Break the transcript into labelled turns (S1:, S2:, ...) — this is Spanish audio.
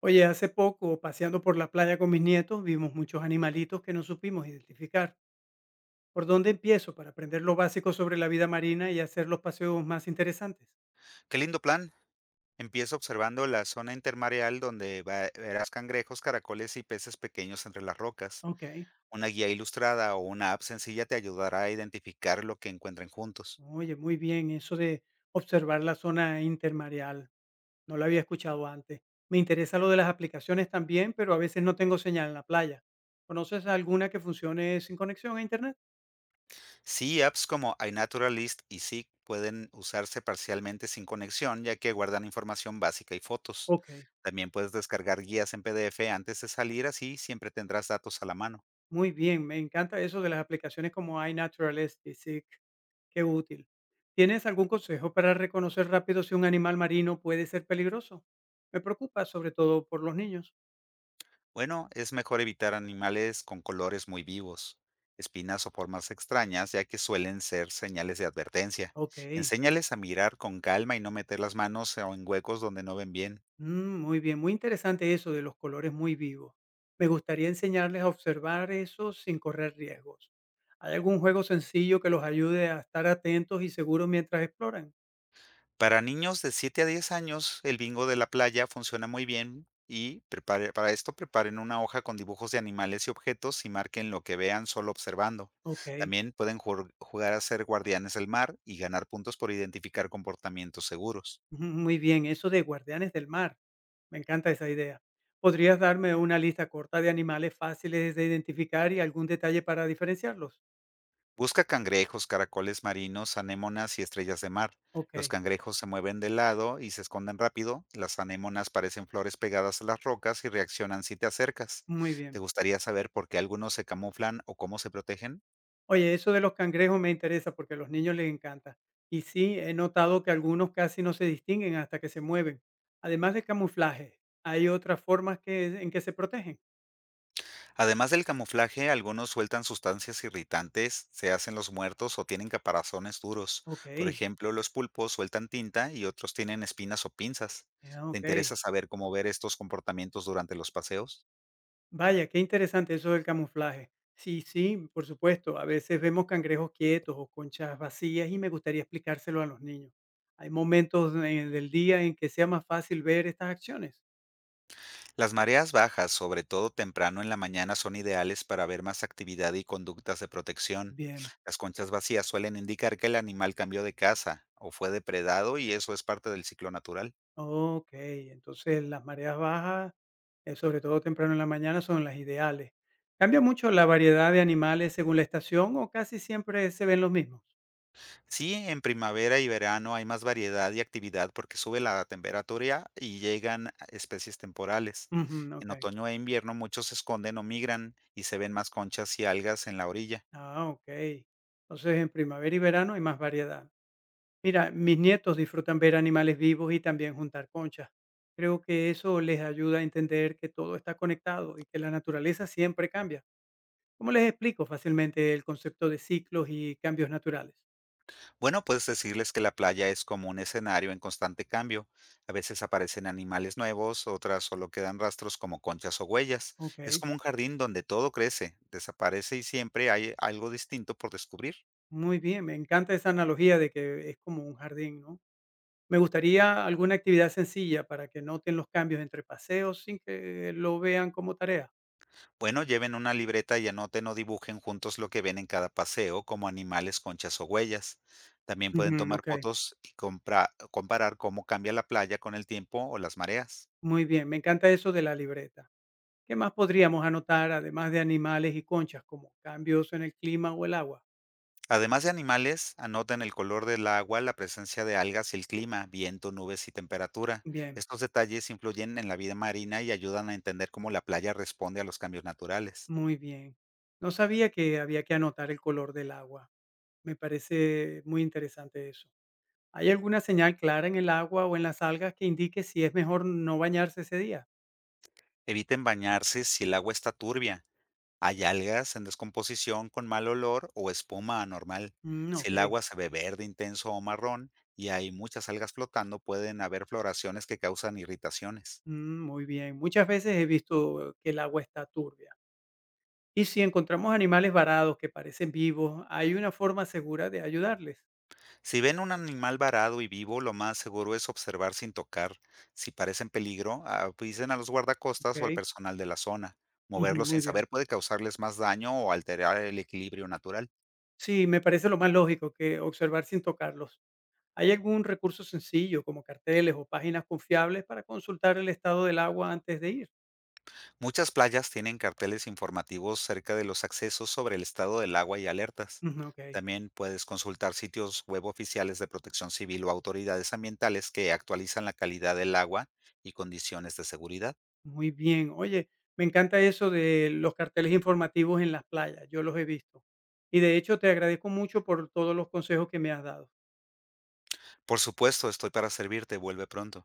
S1: Oye, hace poco, paseando por la playa con mis nietos, vimos muchos animalitos que no supimos identificar. ¿Por dónde empiezo para aprender lo básico sobre la vida marina y hacer los paseos más interesantes?
S2: Qué lindo plan. Empieza observando la zona intermareal donde verás cangrejos, caracoles y peces pequeños entre las rocas.
S1: Ok,
S2: Una guía ilustrada o una app sencilla te ayudará a identificar lo que encuentren juntos.
S1: oye, muy bien, eso de observar la zona intermareal, no lo había escuchado antes. Me interesa lo de las aplicaciones también, pero a veces no tengo señal en la playa. ¿Conoces alguna que funcione sin conexión a internet?
S2: Sí, apps como iNaturalist y Seek pueden usarse parcialmente sin conexión, ya que guardan información básica y fotos.
S1: Ok.
S2: También puedes descargar guías en PDF antes de salir, así siempre tendrás datos a la mano.
S1: Muy bien, me encanta eso de las aplicaciones como iNaturalist y Seek. Qué útil. ¿Tienes algún consejo para reconocer rápido si un animal marino puede ser peligroso? Me preocupa sobre todo por los niños.
S2: Bueno, es mejor evitar animales con colores muy vivos, espinas o formas extrañas, ya que suelen ser señales de advertencia.
S1: Ok,
S2: Enséñales a mirar con calma y no meter las manos o en huecos donde no ven bien.
S1: mm, muy bien, muy interesante eso de los colores muy vivos. Me gustaría enseñarles a observar eso sin correr riesgos. ¿Hay algún juego sencillo que los ayude a estar atentos y seguros mientras exploran?
S2: Para niños de 7 a 10 años, el bingo de la playa funciona muy bien y para esto preparen una hoja con dibujos de animales y objetos y marquen lo que vean solo observando.
S1: Ok.
S2: También pueden jugar a ser guardianes del mar y ganar puntos por identificar comportamientos seguros.
S1: Ujú, muy bien, eso de guardianes del mar. Me encanta esa idea. ¿Podrías darme una lista corta de animales fáciles de identificar y algún detalle para diferenciarlos?
S2: Busca cangrejos, caracoles marinos, anémonas y estrellas de mar.
S1: Ok,
S2: Los cangrejos se mueven de lado y se esconden rápido. Las anémonas parecen flores pegadas a las rocas y reaccionan si te acercas.
S1: muy bien.
S2: ¿Te gustaría saber por qué algunos se camuflan o cómo se protegen?
S1: Oye, eso de los cangrejos me interesa porque a los niños les encanta. Y sí, he notado que algunos casi no se distinguen hasta que se mueven. Además de camuflaje, hay otras formas que, en que se protegen.
S2: Además del camuflaje, algunos sueltan sustancias irritantes, se hacen los muertos o tienen caparazones duros.
S1: Ok,
S2: Por ejemplo, los pulpos sueltan tinta y otros tienen espinas o pinzas.
S1: ya,
S2: ¿Te
S1: ok.
S2: interesa saber cómo ver estos comportamientos durante los paseos?
S1: Vaya, qué interesante eso del camuflaje. Sí, sí, por supuesto. A veces vemos cangrejos quietos o conchas vacías y me gustaría explicárselo a los niños. Hay momentos del día en que sea más fácil ver estas acciones.
S2: Las mareas bajas, sobre todo temprano en la mañana, son ideales para ver más actividad y conductas de protección.
S1: Bien,
S2: Las conchas vacías suelen indicar que el animal cambió de casa o fue depredado y eso es parte del ciclo natural.
S1: ok. Entonces las mareas bajas, sobre todo temprano en la mañana, son las ideales. ¿Cambia mucho la variedad de animales según la estación o casi siempre se ven los mismos?
S2: Sí, en primavera y verano hay más variedad y actividad porque sube la temperatura y llegan especies temporales.
S1: Ujú, ok.
S2: En otoño e invierno muchos se esconden o migran y se ven más conchas y algas en la orilla.
S1: Ah, ok. Entonces en primavera y verano hay más variedad. Mira, mis nietos disfrutan ver animales vivos y también juntar conchas. Creo que eso les ayuda a entender que todo está conectado y que la naturaleza siempre cambia. ¿Cómo les explico fácilmente el concepto de ciclos y cambios naturales?
S2: Bueno, puedes decirles que la playa es como un escenario en constante cambio. A veces aparecen animales nuevos, otras solo quedan rastros como conchas o huellas. Es
S1: Ok,
S2: como un jardín donde todo crece, desaparece y siempre hay algo distinto por descubrir.
S1: muy bien, me encanta esa analogía de que es como un jardín, ¿no? Me gustaría alguna actividad sencilla para que noten los cambios entre paseos sin que lo vean como tarea.
S2: Bueno, lleven una libreta y anoten o dibujen juntos lo que ven en cada paseo, como animales, conchas o huellas. También pueden
S1: Ujú,
S2: tomar
S1: ok,
S2: fotos y comparar cómo cambia la playa con el tiempo o las mareas.
S1: muy bien, me encanta eso de la libreta. ¿Qué más podríamos anotar, además de animales y conchas, como cambios en el clima o el agua?
S2: Además de animales, anoten el color del agua, la presencia de algas y el clima, viento, nubes y temperatura.
S1: Bien,
S2: Estos detalles influyen en la vida marina y ayudan a entender cómo la playa responde a los cambios naturales.
S1: muy bien. No sabía que había que anotar el color del agua. Me parece muy interesante eso. ¿Hay alguna señal clara en el agua o en las algas que indique si es mejor no bañarse ese día?
S2: Eviten bañarse si el agua está turbia, hay algas en descomposición con mal olor o espuma anormal.
S1: Mm,
S2: Si
S1: ok,
S2: el agua se ve verde intenso o marrón y hay muchas algas flotando, pueden haber floraciones que causan irritaciones.
S1: mm, muy bien. Muchas veces he visto que el agua está turbia. Y si encontramos animales varados que parecen vivos, ¿hay una forma segura de ayudarles?
S2: Si ven un animal varado y vivo, lo más seguro es observar sin tocar. Si parecen peligro, avisen a los guardacostas o al
S1: Ok,
S2: personal de la zona.
S1: ujú,
S2: Moverlos sin
S1: muy bien.
S2: saber puede causarles más daño o alterar el equilibrio natural.
S1: Sí, me parece lo más lógico que observar sin tocarlos. ¿Hay algún recurso sencillo como carteles o páginas confiables para consultar el estado del agua antes de ir?
S2: Muchas playas tienen carteles informativos cerca de los accesos sobre el estado del agua y alertas.
S1: Ujú, ok,
S2: También puedes consultar sitios web oficiales de protección civil o autoridades ambientales que actualizan la calidad del agua y condiciones de seguridad.
S1: muy bien. Oye, me encanta eso de los carteles informativos en las playas, yo los he visto. Y de hecho te agradezco mucho por todos los consejos que me has dado.
S2: Por supuesto, estoy para servirte. Vuelve pronto.